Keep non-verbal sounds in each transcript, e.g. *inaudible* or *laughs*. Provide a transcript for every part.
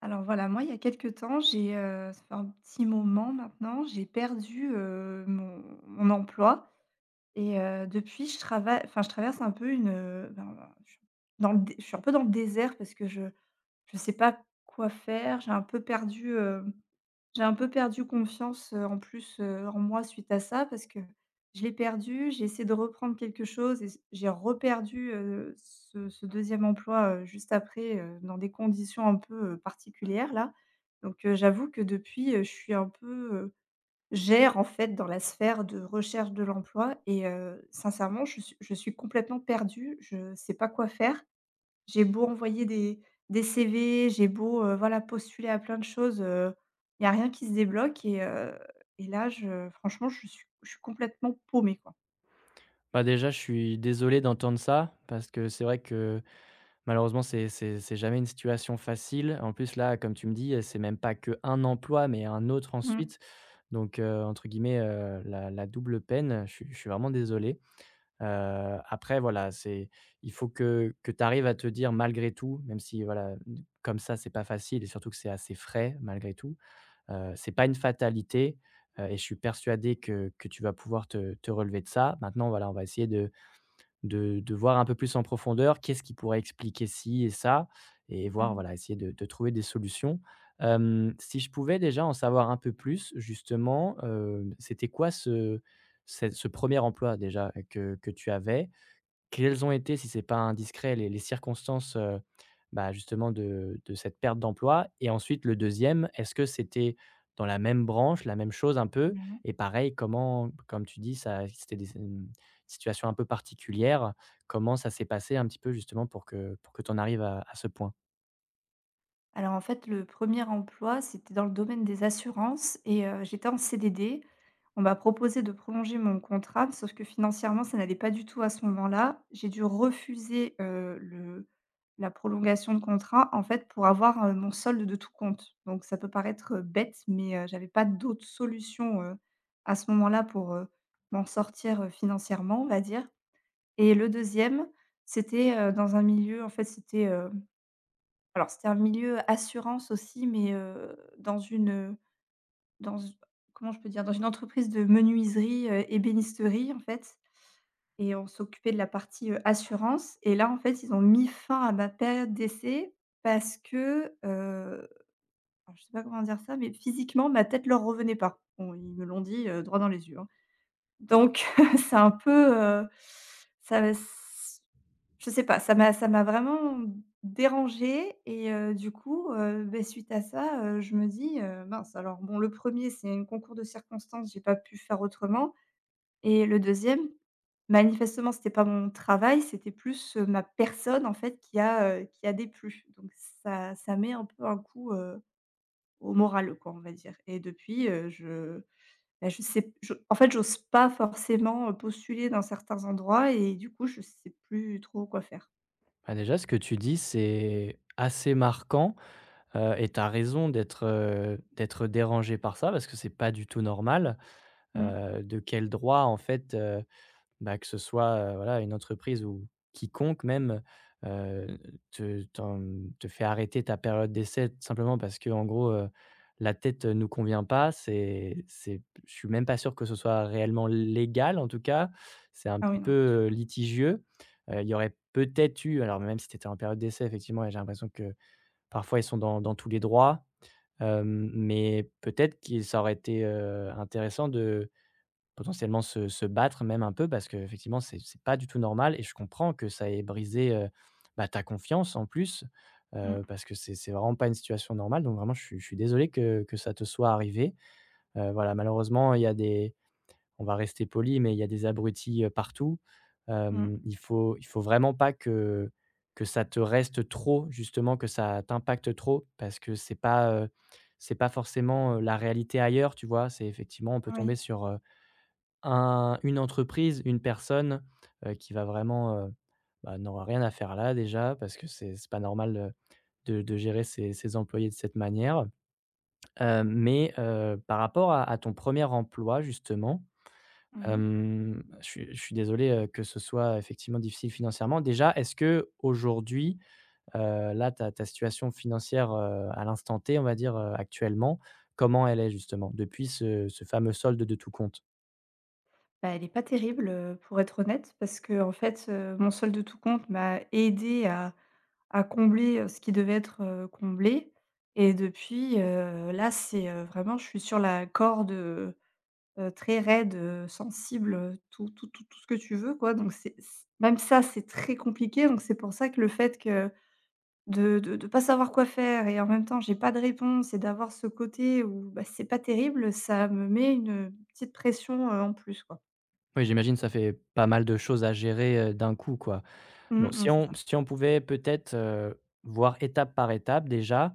Alors voilà, moi, il y a quelque temps, ça fait un petit moment maintenant, j'ai perdu, mon emploi. Et depuis je travaille, enfin je traverse un peu une, ben, ben, je suis dans le dé je suis un peu dans le désert parce que je sais pas quoi faire. J'ai un peu perdu confiance, en plus, en moi suite à ça parce que je l'ai perdu. J'ai essayé de reprendre quelque chose et s j'ai reperdu, ce 2 emploi, juste après, dans des conditions un peu, particulières là. Donc j'avoue que depuis, je suis un peu, j'erre en fait dans la sphère de recherche de l'emploi. Et sincèrement je suis complètement perdue, je ne sais pas quoi faire. J'ai beau envoyer des CV. J'ai beau, voilà, postuler à plein de choses. Il y a rien qui se débloque. Et là, je franchement, je suis complètement paumée, quoi. Bah, déjà, je suis désolé d'entendre ça parce que c'est vrai que malheureusement, c'est jamais une situation facile. En plus, là, comme tu me dis, c'est même pas qu'un emploi, mais un autre Mmh. ensuite. Donc, entre guillemets, la double peine, je suis vraiment désolé. Après, voilà, c'est il faut que tu arrives à te dire malgré tout, même si voilà, comme ça, c'est pas facile et surtout que c'est assez frais malgré tout. C'est pas une fatalité, et je suis persuadé que tu vas pouvoir te relever de ça. Maintenant, voilà, on va essayer de voir un peu plus en profondeur qu'est-ce qui pourrait expliquer ci et ça, et voir, voilà, essayer de trouver des solutions. Si je pouvais déjà en savoir un peu plus justement, c'était quoi ce premier emploi déjà, que tu avais? Quelles ont été, si c'est pas indiscret, les circonstances, bah, justement de cette perte d'emploi? Et ensuite le deuxième, est-ce que c'était dans la même branche, la même chose un peu? Mmh. Et pareil, comment, comme tu dis, ça c'était des c'est une situation un peu particulière. Comment ça s'est passé un petit peu justement pour que tu en arrives à ce point? Alors en fait, le premier emploi, c'était dans le domaine des assurances. Et j'étais en CDD. On m'a proposé de prolonger mon contrat, sauf que financièrement, ça n'allait pas du tout à ce moment-là. J'ai dû refuser, le la prolongation de contrat, en fait, pour avoir, mon solde de tout compte. Donc ça peut paraître, bête, mais j'avais pas d'autre solution, à ce moment-là pour, m'en sortir, financièrement, on va dire. Et le deuxième, c'était, dans un milieu en fait, c'était, alors c'était un milieu assurance aussi, mais dans une, dans z comment je peux dire? Dans une entreprise de menuiserie, ébénisterie en fait. Et on s'occupait de la partie, assurance. Et là en fait ils ont mis fin à ma période d'essai parce que, alors je sais pas comment dire ça, mais physiquement ma tête leur revenait pas. Bon ils me l'ont dit, droit dans les yeux, hein. Donc *laughs* c'est un peu, heu, ça je sais pas, ça m'a vraiment dérangée. Et du coup, beh, suite à ça, je me dis: «Mince», alors bon le premier c'est un concours de circonstances, j'ai pas pu faire autrement. Et le deuxième manifestement c'était pas mon travail, c'était plus, ma personne en fait qui a déplu. Donc ça met un peu un coup, au moral quoi on va dire. Et depuis, je bah, je sais je en fait, j'ose pas forcément, postuler dans certains endroits. Et du coup, je sais plus trop quoi faire. Bah, déjà ce que tu dis, c'est assez marquant, et tu as raison d'être, d'être dérangé par ça parce que c'est pas du tout normal. Mmh. De quel droit en fait, bah, que ce soit, voilà, une entreprise ou quiconque même, heu, te t'en te fait arrêter ta période d'essai simplement parce que, en gros, la tête, nous convient pas, c'est je suis même pas sûr que ce soit réellement légal. En tout cas, c'est un Ah oui, petit peu, non, c'est sûr. Litigieux. Il y aurait peut-être eu, alors même si tu étais en période d'essai effectivement, et j'ai l'impression que parfois ils sont dans tous les droits, mais peut-être qu'il ça aurait été, intéressant de potentiellement se battre même un peu parce que effectivement c'est pas du tout normal, et je comprends que ça ait brisé, bah, ta confiance en plus, Mmh. parce que c'est vraiment pas une situation normale, donc vraiment je suis désolé que ça te soit arrivé. Voilà, malheureusement il y a des on va rester poli, mais il y a des abrutis, partout. Mmh. Il faut vraiment pas que ça te reste trop justement, que ça t'impacte trop parce que c'est pas forcément, la réalité ailleurs, tu vois? C'est effectivement, on peut tomber Oui. sur un une entreprise, une personne, qui va vraiment, bah, n'aura rien à faire là, déjà parce que c'est pas normal, de gérer ses employés de cette manière. Mais par rapport à ton premier emploi justement, Mmh. Je suis désolé, que ce soit effectivement difficile financièrement. Déjà, est-ce qu'aujourd'hui, là, ta situation financière, à l'instant T, on va dire, actuellement, comment elle est justement depuis ce fameux solde de tout compte? Bah, elle est pas terrible, pour être honnête parce que en fait, mon solde de tout compte m'a aidé à combler, ce qui devait être, comblé. Et depuis, là, c'est, vraiment je suis sur la corde. Très raide, sensible, tout tout tout tout ce que tu veux quoi. Donc c'est c même ça c'est très compliqué. Donc c'est pour ça que le fait que de pas savoir quoi faire et en même temps j'ai pas de réponse et d'avoir ce côté où, bah, c'est pas terrible, ça me met une, petite pression, en plus quoi. Oui, j'imagine, ça fait pas mal de choses à gérer, d'un coup, quoi. Bon, Mmh mh, si c'est on ça. si on pouvait peut-être, voir étape par étape déjà,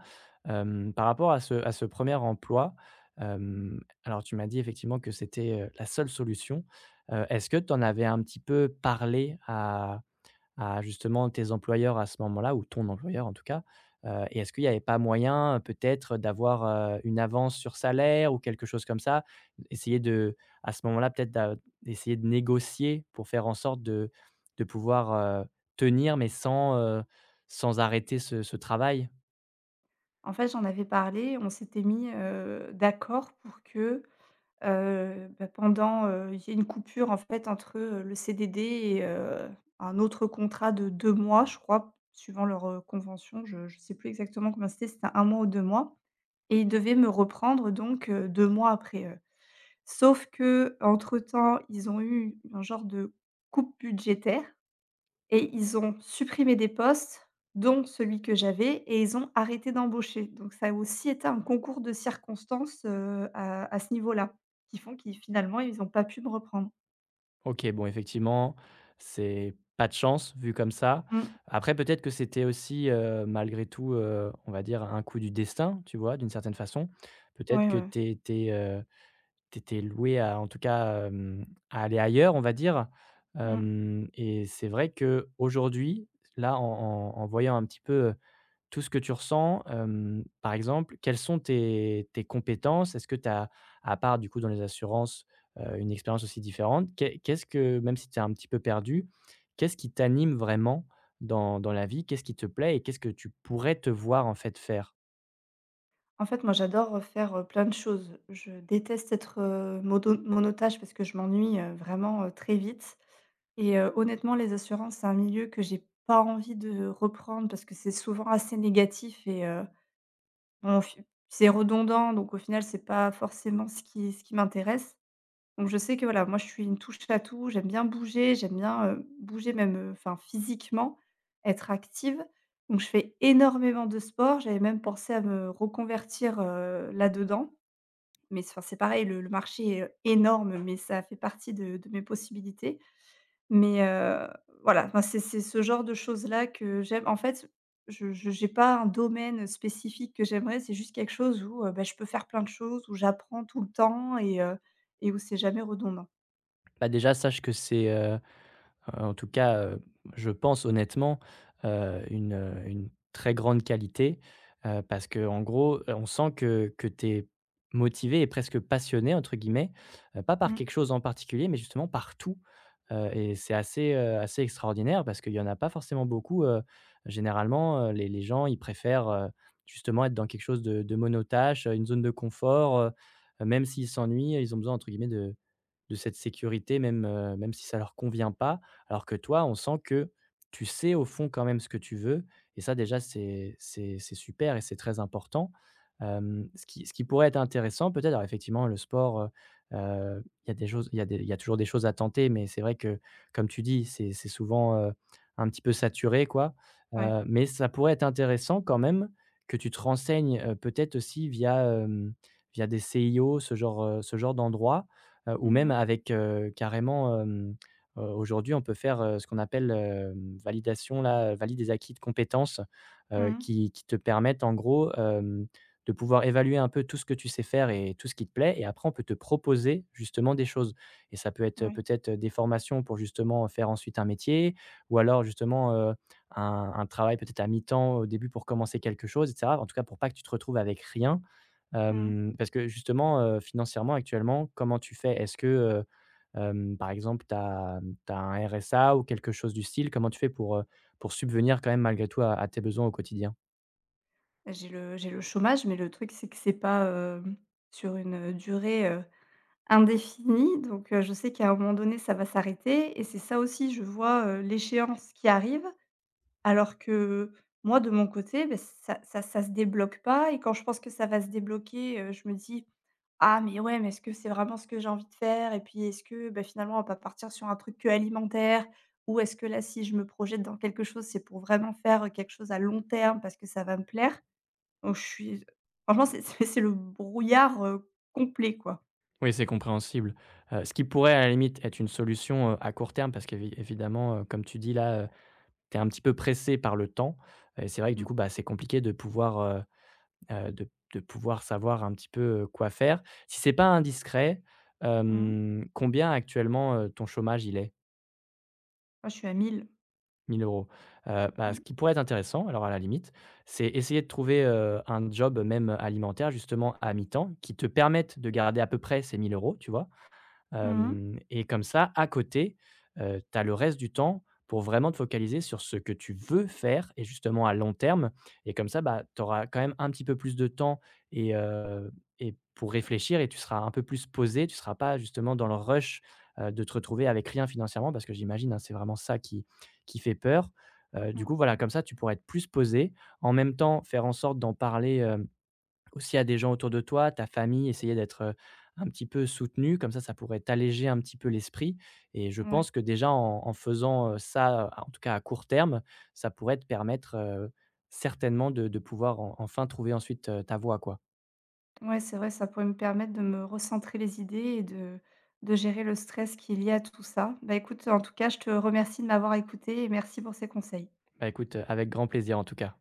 par rapport à ce premier emploi, alors tu m'as dit effectivement que c'était, la seule solution. Est-ce que tu en avais un petit peu parlé à justement tes employeurs à ce moment-là, ou ton employeur en tout cas? Et est-ce qu'il n'y avait pas moyen, peut-être d'avoir, une avance sur salaire ou quelque chose comme ça? Essayer de À ce moment-là peut-être d'essayer de négocier pour faire en sorte de pouvoir, heu, tenir mais sans, sans arrêter ce travail? En fait, j'en avais parlé, on s'était mis, d'accord pour que, bah, pendant, il y a une coupure en fait entre, le CDD et un autre contrat de 2 mois, je crois, suivant leur, convention. Je ne sais plus exactement combien c'était, si c'était un mois ou 2 mois. Et ils devaient me reprendre donc, 2 mois après. Sauf qu'entre temps, ils ont eu un genre de coupe budgétaire. Et ils ont supprimé des postes, dont celui que j'avais. Et ils ont arrêté d'embaucher. Donc ça a aussi été un concours de circonstances, à ce niveau-là, qui font qu'ils finalement, ils ont pas pu me reprendre. OK, bon effectivement, c'est pas de chance vu comme ça. Mmh. Après, peut-être que c'était aussi, malgré tout, on va dire, un coup du destin, tu vois? D'une certaine façon. Peut-être Oui. que Ouais. Tu loué à, en tout cas, à aller ailleurs, on va dire. Mmh. Hem Et c'est vrai que aujourd'hui, là, en voyant un petit peu tout ce que tu ressens, par exemple, quelles sont tes compétences? Est-ce que tu as, à part du coup dans les assurances, une expérience aussi différente? Qu'est-ce que, même si tu es un petit peu perdu, qu'est-ce qui t'anime vraiment dans la vie? Qu'est-ce qui te plaît, et qu'est-ce que tu pourrais te voir en fait faire? En fait, moi, j'adore, faire, plein de choses. Je déteste être, modo monotache parce que je m'ennuie, vraiment, très vite. Et honnêtement, les assurances, c'est un milieu que j'ai pas envie de reprendre parce que c'est souvent assez négatif. Et On fi c'est redondant, donc au final, c'est pas forcément ce qui m'intéresse. Donc je sais que voilà, moi je suis une touche à tout, j'aime bien, bouger même, enfin physiquement, être active. Donc je fais énormément de sport, j'avais même pensé à me reconvertir, là-dedans. Mais c'est enfin c'est pareil, le marché est énorme, mais ça fait partie de mes possibilités. Mais voilà, enfin, c'est ce genre de choses-là que j'aime. En fait, je n'ai pas un domaine spécifique que j'aimerais, c'est juste quelque chose où, bah, je peux faire plein de choses, où j'apprends tout le temps et où c'est jamais redondant. Bah, déjà sache que en tout cas, je pense honnêtement, une très grande qualité, parce que en gros, on sent que tu es motivé et presque «passionné» entre guillemets, pas par Mmh, quelque chose en particulier, mais justement par tout, et c'est assez, assez extraordinaire parce qu'il y en a pas forcément beaucoup, généralement, les gens, ils préfèrent, justement être dans quelque chose de mono-tâche, une zone de confort, même s'ils s'ennuient, ils ont besoin, entre guillemets, de cette sécurité, même, même si ça leur convient pas. Alors que toi, on sent que tu sais au fond quand même ce que tu veux, et ça déjà c'est super et c'est très important. Ce qui pourrait être intéressant peut-être, alors effectivement le sport, il y a des choses, il y a toujours des choses à tenter, mais c'est vrai que, comme tu dis, c'est souvent, un petit peu saturé quoi. ouais. Mais ça pourrait être intéressant quand même que tu te renseignes, peut-être aussi via, via des CIO, ce genre d'endroit. Ou Mmh même mh. avec, carrément, aujourd'hui on peut faire, ce qu'on appelle, validation là, valide des acquis de compétences, Mmh. qui te permettent, en gros, de pouvoir évaluer un peu tout ce que tu sais faire et tout ce qui te plaît, et après on peut te proposer justement des choses, et ça peut être, Ouais. peut-être, des formations pour justement faire ensuite un métier, ou alors justement, un travail peut-être à mi-temps au début pour commencer quelque chose, et cetera. En tout cas pour pas que tu te retrouves avec rien. Mmh. Parce que justement, financièrement actuellement, comment tu fais? Est-ce que, par exemple, tu as un RSA ou quelque chose du style? Comment tu fais pour subvenir quand même malgré tout à tes besoins au quotidien? J'ai le chômage, mais le truc, c'est que c'est pas, hem, sur une durée, indéfinie. Donc je sais qu'à un moment donné, ça va s'arrêter. Et c'est ça aussi, je vois, l'échéance qui arrive. Alors que moi, de mon côté, beh, ça ça ça se débloque pas. Et quand je pense que ça va se débloquer, je me dis: «Ah mais ouais, mais est-ce que c'est vraiment ce que j'ai envie de faire? Et puis est-ce que, bah, finalement, on va pas partir sur un truc que alimentaire? Ou est-ce que là, si je me projette dans quelque chose, c'est pour vraiment faire, quelque chose à long terme parce que ça va me plaire?» Donc je suis franchement, c'est *laughs* c'est le brouillard, complet, quoi. Oui, c'est compréhensible. Ce qui pourrait à la limite être une solution, à court terme, parce qu'évidemment, comme tu dis là, tu es un petit peu pressé par le temps, et c'est vrai que du Mmh coup, bah, c'est compliqué heu, de de pouvoir savoir un petit peu, quoi faire. Si c'est pas indiscret, mh. Combien actuellement, ton chômage il est? Moi, je suis à 1 000. 1 000 €. Bah, ce Mmh. qui pourrait être intéressant, alors à la limite, c'est essayer de trouver, un job, même alimentaire, justement à mi-temps, qui te permette de garder à peu près ces mille euros, tu vois? Mmh mh. Hem Et comme ça, à côté, tu as le reste du temps pour vraiment te focaliser sur ce que tu veux faire, et justement à long terme, et comme ça, bah, tu auras quand même un petit peu plus de temps, et heu et pour réfléchir, et tu seras un peu plus posé. Tu ne seras pas justement dans le rush, de te retrouver avec rien financièrement, parce que j'imagine, hein, c'est vraiment ça qui fait peur. Du Mmh. coup, voilà, comme ça, tu pourras être plus posé. En même temps, faire en sorte d'en parler, hem aussi à des gens autour de toi, ta famille, essayer d'être, un petit peu soutenu, comme ça pourrait t'alléger un petit peu l'esprit, et je Ouais. pense que déjà en faisant, ça, en tout cas à court terme, ça pourrait te permettre, certainement de pouvoir en enfin trouver ensuite, ta voie, quoi. Ouais, c'est vrai, ça pourrait me permettre de me recentrer les idées et de gérer le stress qui est lié à tout ça. Bah, écoute, en tout cas, je te remercie de m'avoir écoutée et merci pour ces conseils. Bah, écoute, avec grand plaisir en tout cas.